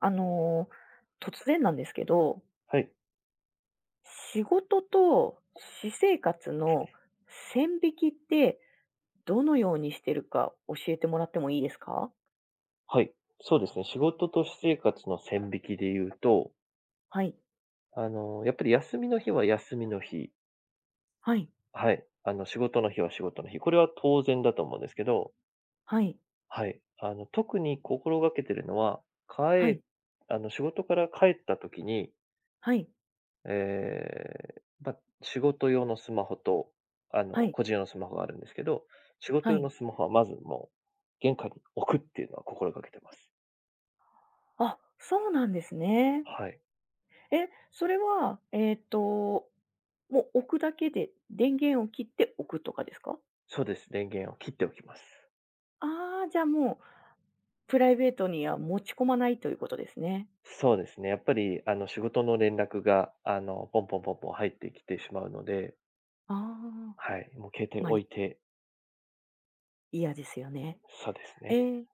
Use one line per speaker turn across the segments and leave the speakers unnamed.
あの、突然なんですけど、
はい。
仕事と私生活の線引きってどのようにしてるか教えてもらってもいいですか？
はい。そうですね。仕事と私生活の線引きで言うと、
はい。
やっぱり休みの日は休みの日。
はい。
はい。仕事の日は仕事の日。これは当然だと思うんですけど、
はい。
はい。特に心がけてるのは、
はい。
帰あの、仕事から帰った時に、
はい。
えーまあ、仕事用のスマホと、
はい。
個人用のスマホがあるんですけど、仕事
は
用
い。
のスマホはまずもう、玄関に置くっていうのは心がけてます。
あ、そうなんですね。
はい。
え、それは、もう置くだけで、電源を切って置くとかですか？
そうです。電源を切っておきます。
ああー、じゃあ、もうプライベートには持ち込まないということですね。
そうですね。やっぱり、仕事の連絡が、ポンポンポンポン入ってきてしまうので、
ああ、
はい、もう携帯
ま、あ
置いて、
嫌ですよね。
そうですね。
ええ。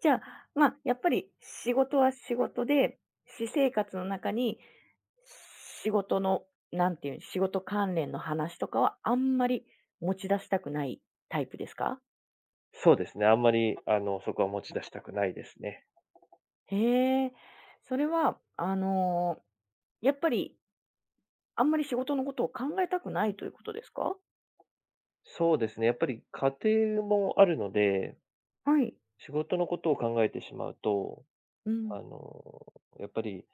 じゃあ、まあ、やっぱり仕事は仕事で、私生活の中に仕事の、なんていう、仕事関連の話とかはあんまり持ち出したくないタイプですか？
そうですね。あんまり、そこは持ち出したくないですね。
へえ、それは、やっぱりあんまり仕事のことを考えたくないということですか？
そうですね。やっぱり家庭もあるので、
はい。
仕事のことを考えてしまうと、
うん。
あの、やっぱり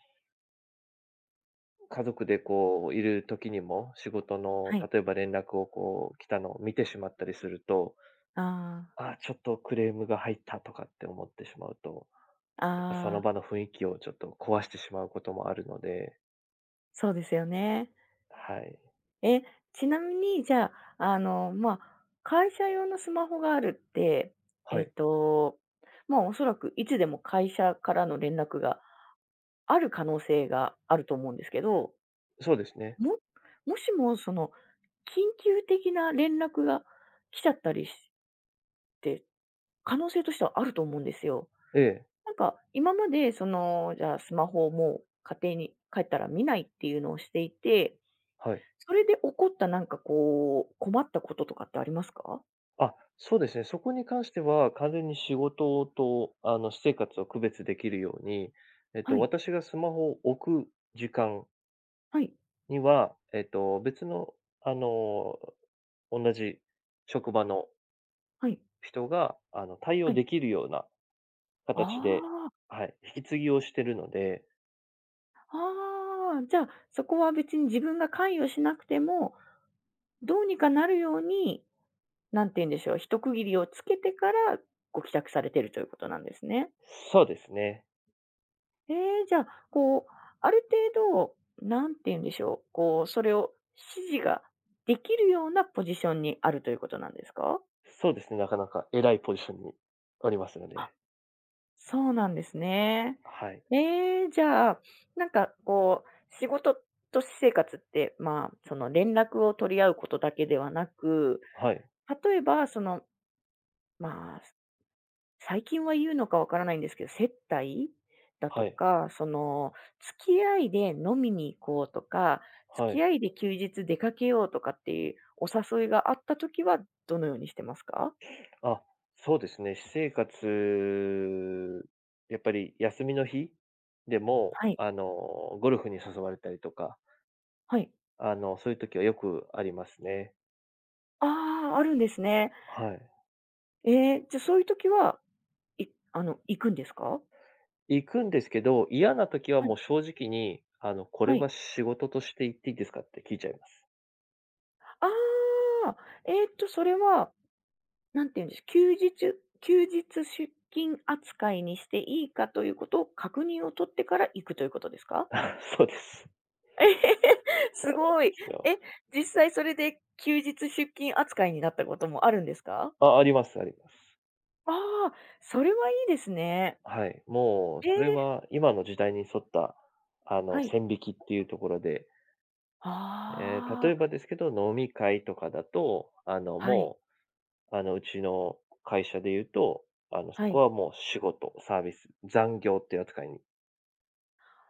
家族でこう、いる時にも、仕事の、
はい。
例えば連絡をこう、来たのを見てしまったりすると、
あ
ああ、ちょっとクレームが入ったとかって思ってしまうと、
あ、
やっぱそ
あ
の場
あ、
の雰囲気をちょっと壊してしまうこともあるので、
そうですよね。
はい。
え、ちなみに、じゃあ、まあ、会社用のスマホがあるって、え
は
っ
い。
と、まあ、おそらくいつでも会社からの連絡がある可能性があると思うんですけど、
そうですね。
ももしも、その、緊急的な連絡が来ちゃったりして、可能性としてはあると思うんですよ。
ええ、
なんか、今まで、その、じゃあ、スマホをもう家庭に帰ったら見ないっていうのをしていて、
はい。
それで起こったなんかこう、困ったこととかってありますか？
あ、そうですね。そこに関しては、完全に仕事と、私生活を区別できるように、
はい、
私がスマホを置く時間
はい、
には、別の、あの、同じ職場の
はい、
人が、対
は
応
い。
できるような
あ
形で、
あ、
はい、引き継ぎをしてるので、
ああ、じゃあ、そこは別に自分が関与しなくても、どうにかなるように、なんて言うんでしょう、一区切りをつけてからご帰宅されてるということなんですね。
そうですね。
ええ、じゃあ、こう、ある程度、なんて言うんでしょう、こう、それを指示ができるようなポジションにあるということなんですか？
そうですね、なかなか偉いポジションにありますので、
そうなんですね。
はい。
ええ、じゃあ、なんかこう、仕事と私生活って、まあ、その連絡を取り合うことだけではなく、
はい。
例えば、その、まあ、最近は言うのかわからないんですけど、接待だと
はい。
か、その、付き合いで飲みに行こうとか、付
は
き
い。
合いで休日出かけようとかっていうお誘いがあったときは、どのようにしてますか？
あ、そうですね、私生活、やっぱり休みの日でも、
はい、
ゴルフに誘われたりとか、
はい。
そういう時はよくありますね。
ああ、あるんですね。
はい。
ええ、じゃ、そういう時はいあの、行くんですか？
行くんですけど、嫌な時は
はい、
もう正直に、これ
はい。
は仕事として行っていいですかって聞いちゃいます。
ああ、それは、なんていうんです、休日出勤扱いにしていいかということを確認を取ってから行くということですか？
そうです。
えへへす
そうなん
ご
で
い。
すよ。
え、実際それで休日出勤扱いになったこともあるんですか？
あ、ありますあります。
ああ、それはいいですね。
はい、もう
え
それ
え、
は今の時代に沿った、
はい。
線引きっていうところで、ええ、
あ
例え
あ、
ばですけど、飲み会とかだと、
はい、
もう、うちの会社で言うと、そ
は
こ
い。
はもう仕事、サービス、残業っていう扱いに。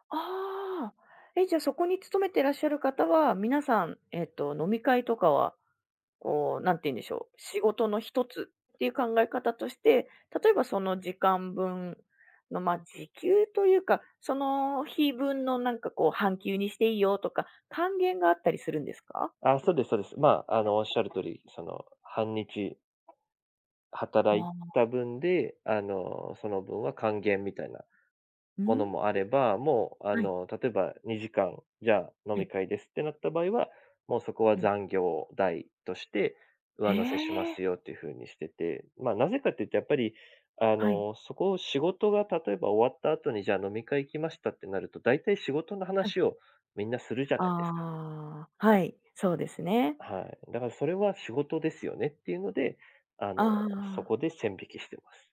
ああ。え、じゃあ、そこに勤めてらっしゃる方は、皆さん、飲み会とかは、こう、なんて言うんでしょう、仕事の一つっていう考え方として、例えばその時間分の、まあ、時給というか、その日分のなんかこう、半休にしていいよとか、還元があったりするんですか？
あ、そうですそうです。まあ、おっしゃる通り、その、半日働い
ああ、
た分で、その分は還元みたいな
う
もの
ん。
もあれば、もうあ
はい、
の、例えば2時間、じゃあ飲
は
み
い、
会ですってなった場合は、もうそこは
うん。
残業代として
へ
上乗せしま
え、
すよっていうふうにしてて、まあ、なぜかっていうとやっぱり、
はい、
そこを仕事が例えば終わった後にじゃあ飲み会行きましたってなると、大体仕事の
はい。
話をみんなするじゃないですか。
ああ、はい、そうですね。
はい。だからそれは仕事ですよねっていうので、あの、
あ
そこ
あ。
で線引きしてます。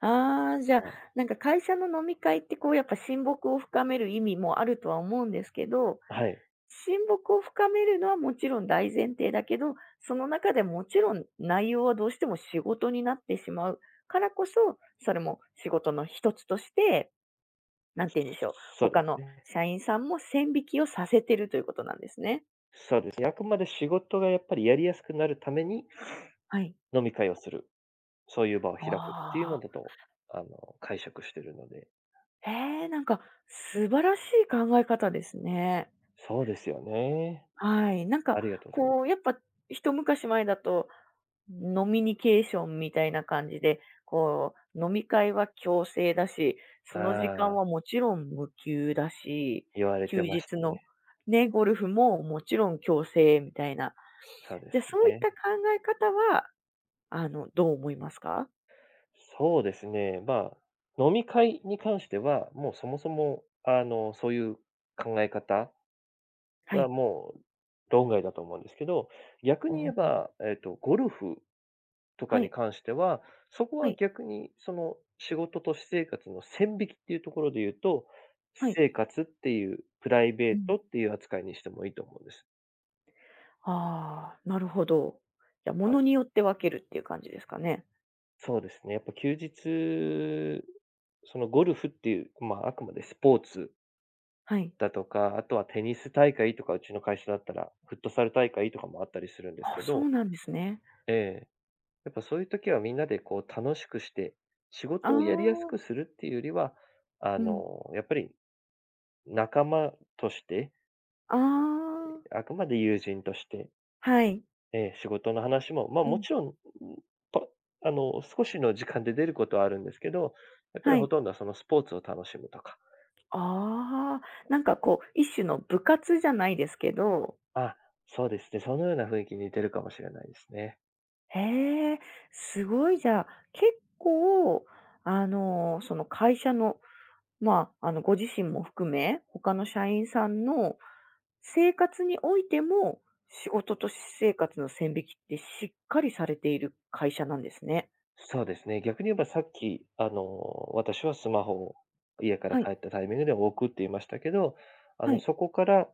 ああ、じゃあ、
はい。
なんか会社の飲み会ってこうやっぱ親睦を深める意味もあるとは思うんですけど、
はい。
親睦を深めるのはもちろん大前提だけど、その中でもちろん内容はどうしても仕事になってしまうからこそ、それも仕事の一つとして、なんて言うんでしょう、
そうで
他
す
の
ね。
社員さんも線引きをさせてるということなんですね。
そうですね。あくまで仕事がやっぱりやりやすくなるために
はい。
飲み会をする。そういう場を開くっ
あ
ていうの
あ、
だと、解釈してるので。
ええ、なんか素晴らしい考え方ですね。
そうですよね。
はい。なんか、
ありがとうございま
こう、
す。
やっぱ、一昔前だと、飲みニケーションみたいな感じで、こう、飲み会は強制だし、その時間
ああ、
はもちろん無給だし、
言われ
休
てまし
日
た
の
ね。
ね、ゴルフももちろん強制みたいな。
そうで
じゃあ、
す
そういっ
ね。
た考え方は、どう思いますか？
そうですね。まあ、飲み会に関しては、もうそもそも、そういう考え方
は
は
い。
もう論外だと思うんですけど、逆に言
お
え
お、
ば、ゴルフとか
は
に
い、
関しては、そこ
は
は
い、
逆にその仕事と私生活の線引きっていうところで言うと、私
はい。
生活っていうプライベ
う
ー
ん。
トっていう扱いにしてもいいと思うんです。
ああ、なるほど。じゃあ、
は
物
い。
によって分けるっていう感じですかね。
そうですね。やっぱ休日、そのゴルフっていう、まあ、あくまでスポーツ
はい。
だとか、あとはテニス大会とか、うちの会社だったら、フットサル大会とかもあったりするんです
あ、
け
そう
ど、
なんですね。
ええ、やっぱそういう時はみんなでこう楽しくして、仕
あ
事をやりやす
あ、
くするっていうよりは、
うん。
やっぱり仲間として、
ああ、
あくまで友人として、
はい。
仕事の話も、ま、
う
も
ん、
ちろん、ぱあの、少しの時間で出ることはあるんですけど、やっぱ
は
りほ
い。
とんどはそのスポーツを楽しむとか、
ああ、なんかこう、一種の部活じゃないですけど、
あ、そうですね、そのような雰囲気に似てるかもしれないですね。
へえ、すごいじゃあ、結構、その会社の、まあ、ご自身も含め、他の社員さんの生活においても、仕事と私生活の線引きってしっかりされている会社なんですね。
そうですね。逆に言えばさっき、私はスマホを家から
はい、
帰ったタイミングで置くって言いましたけど、
はい。
そこから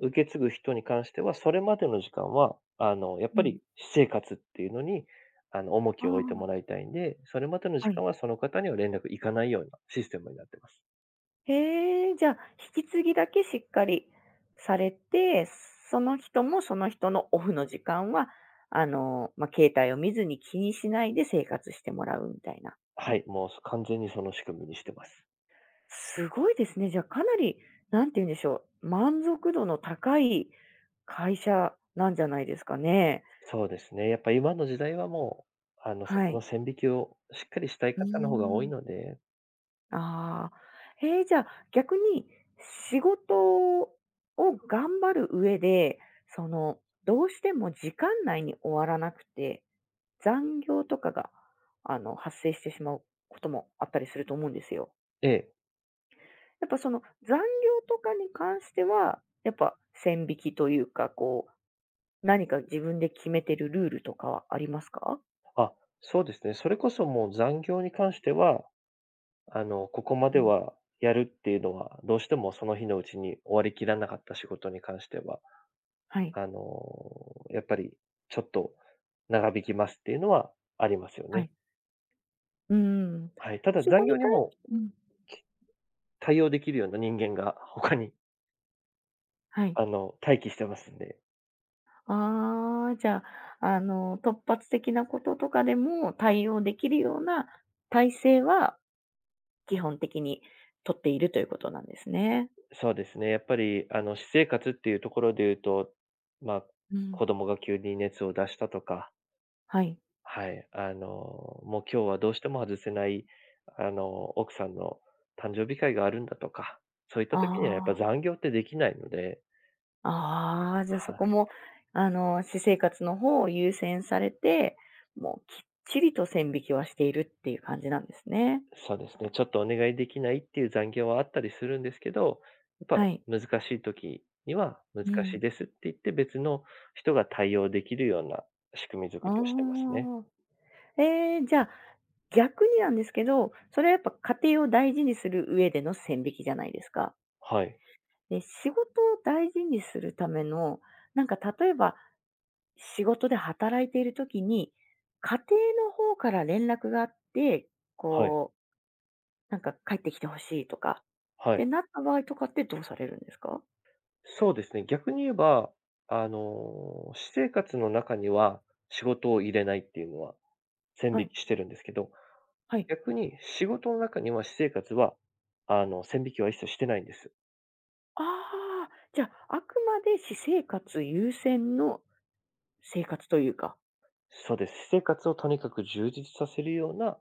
受け継ぐ人に関しては、それまでの時間は、やっ
う
ぱ
ん。
り私生活っていうのに、重
あ
きを置いて
あ、
もらいたいんで、それまでの
は
時
い。
間はその方には連絡いかないようなシステムになってます。
へえ、じゃあ、引き継ぎだけしっかりされて、その人もその人のオフの時間は、まあ、携帯を見ずに気にしないで生活してもらうみたいな。
はい、もう完全にその仕組みにしてます。
すごいですね。じゃあ、かなり、なんて言うんでしょう、満足度の高い会社なんじゃないですかね。
そうですね。やっぱ今の時代はもう、そ
は
こ
い。
の線引きをしっかりしたい
うー
方の方が多いの
ん。
で、
ああ、ええ、じゃあ、逆に仕事を頑張る上で、その、どうしても時間内に終わらなくて、残業とかが、発生してしまうこともあったりすると思うんですよ。
ええ。
やっぱその残業とかに関しては、やっぱ線引きというか、こう、何か自分で決めてるルールとかはありますか？
あ、そうですね。それこそもう残業に関しては、ここま
う
で
ん。
はやるっていうのは、どうしてもその日のうちに終わりきらなかった仕事に関しては、
はい、
あの、やっぱりちょっと長引きますっていうのはありますよ
は
ね。
い。うん。
はい。ただ
そこ
残
に
業に
対し
も
うん、
対応できるような人間が他に、
はい。
待機してますんで。
ああ、じゃあ、突発的なこととかでも対応できるような体制は基本的に取っているということなんですね。
そうですね。やっぱり、私生活っていうところで言うと、まあ、
うん。
子供が急に熱を出したとか、
はい。
はい、もう今日はどうしても外せない、あの、奥さんの誕生日会があるんだとか、そういった
あ
時にはやっぱ残業ってできないので、
あ、ああ、じゃあそ
はい、
こも、私生活の方を優先されて、もうきっちりと線引きはしているっていう感じなんですね。
そうですね、ちょっとお願いできないっていう残業はあったりするんですけど、やっぱ
はい。
難しい時には難
う
し
ん。
いですって言って別の人が対応できるような仕組み
あ
作りをしてますね。
あ。じゃあ逆になんですけど、それはやっぱ家庭を大事にする上での線引きじゃないですか。
はい、
で、仕事を大事にするための、なんか例えば仕事で働いているときに、家庭の方から連絡があって、
はい、
こう、なんか帰ってきてほしいとか、っ
は
て
い。
なった場合とかってどうされるんですか？
そうですね、逆に言えば、私生活の中には仕事を入れないっていうのは線
は
引
い、
きしてるんですけど、
はい。
逆に仕事の中には私生活は、線引きは一切してないんです。
ああ、じゃあ、あくまで私生活優先の生活というか。
そうです。私生活をとにかく充実させるような、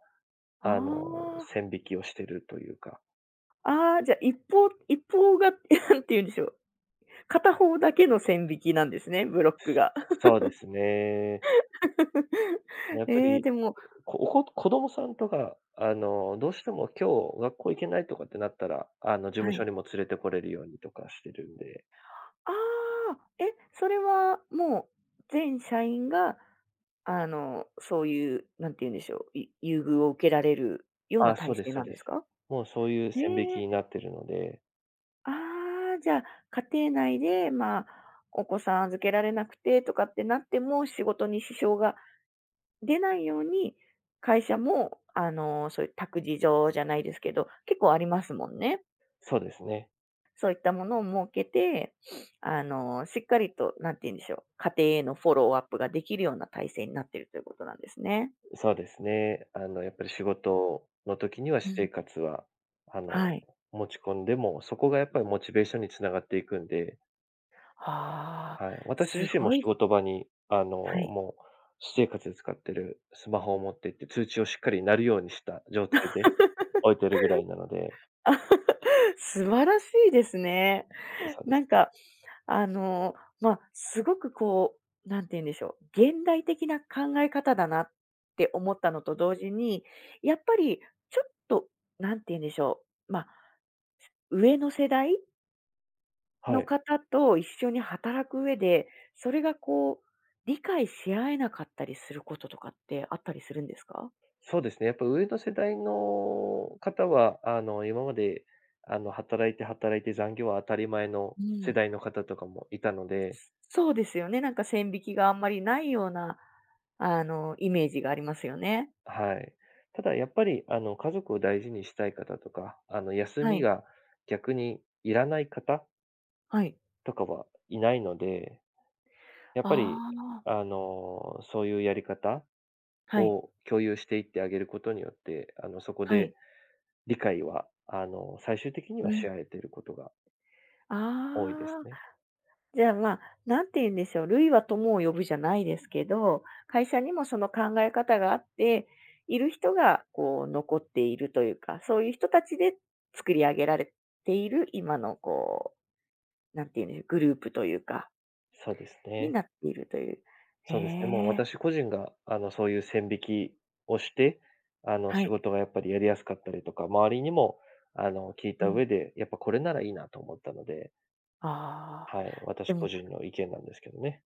あの、
あ
線引きをしてるというか。
あ、ああ、じゃあ一方一方が何 て言うんでしょう、片方だけの線引きなんですね、ブロックが。
そうですね。やっぱ
ええ、
り、
でも
こおこ子供さんとか、どうしても今日学校行けないとかってなったら、事務
は
所
い。
にも連れてこれるようにとかしてるんで。
ああ、え、それはもう全社員が、そういう、なんて言うんでしょう、優遇を受けられるような
あ、そ
体
うで
制
すそ
な
う
ん
で
です
す。
か？
もうそういう
へ
線引き
え、
になってるので、
ああ、じゃあ、家庭内で、まあ、お子さん預けられなくてとかってなっても、仕事に支障が出ないように、会社も、そういう託児所じゃないですけど、結構ありますもんね。
そうですね。
そういったものを設けて、しっかりと、なんて言うんでしょう、家庭へのフォローアップができるような体制になっているということなんですね。
そうですね。やっぱり仕事の時には
う
私
ん。
生活は、あの、
はい。
持ち込んでも、そこがやっぱりモチベーションにつながっていくんで、
ああ、
はい。私
す
自身も
ご
仕
い。
事場に、
はい。
もう、私生活で使ってるスマホを持ってって、通知をしっかり鳴るようにした状態で置いてるぐらいなので、
素晴らしいですね。
そうで
な
す
ん
ね。
か、あの、まあ、すごくこう、なんて言うんでしょう、現代的な考え方だなって思ったのと同時に、やっぱりちょっと、なんて言うんでしょう、まあ、上の世代
は
の
い。
方と一緒に働く上で、それがこう、理解し合えなかったりすることとかってあったりするんですか？
そうですね。やっぱ上の世代の方は、今まで、働いて働いて残業は当たり前の
う
世
ん。
代の方とかもいたので、
そうですよね。なんか線引きがあんまりないような、イメージがありますよね。
はい。ただやっぱり、家族を大事にしたい方とか、休
は
み
い、
が逆にいらない方
はい。
とかはいないので、やっぱり、
ああ、
そういうやり方
はい、
を共有していってあげることによって、そこ
はい。
で理解は、最終的に
う
はし
ん。
合えていることが多いです
ああ。
ね。
じゃあ、まあ、何て言うんでしょう、類は友を呼ぶじゃないですけど、会社にもその考え方があって、いる人がこう残っているというか、そういう人たちで作り上げられている今のこう、何て言うんでしょう、グループというか、
そうです
に
ね。
なっているという。へ
そうですね、もう
え、
私個人が、そういう線引きをして、
は
仕
い。
事がやっぱりやりやすかったりとか、周りにも、聞い
う
た
ん。
上で、やっぱこれならいいなと思ったので、
ああ、
はい、
で
私
も
個人の意見なんですけどね。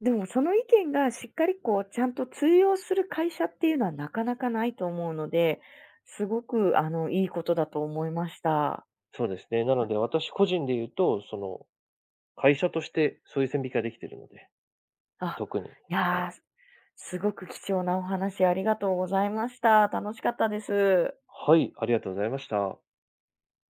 でもその意見がしっかりこうちゃんと通用する会社っていうのはなかなかないと思うので、すごくいいことだと思いました。
そうですね。なので私個人で言うと、その、会社としてそういう線引きができているので、
あ、
特に。
いやー、すごく貴重なお話ありがとうございました。楽しかったです。
はい、ありがとうございました。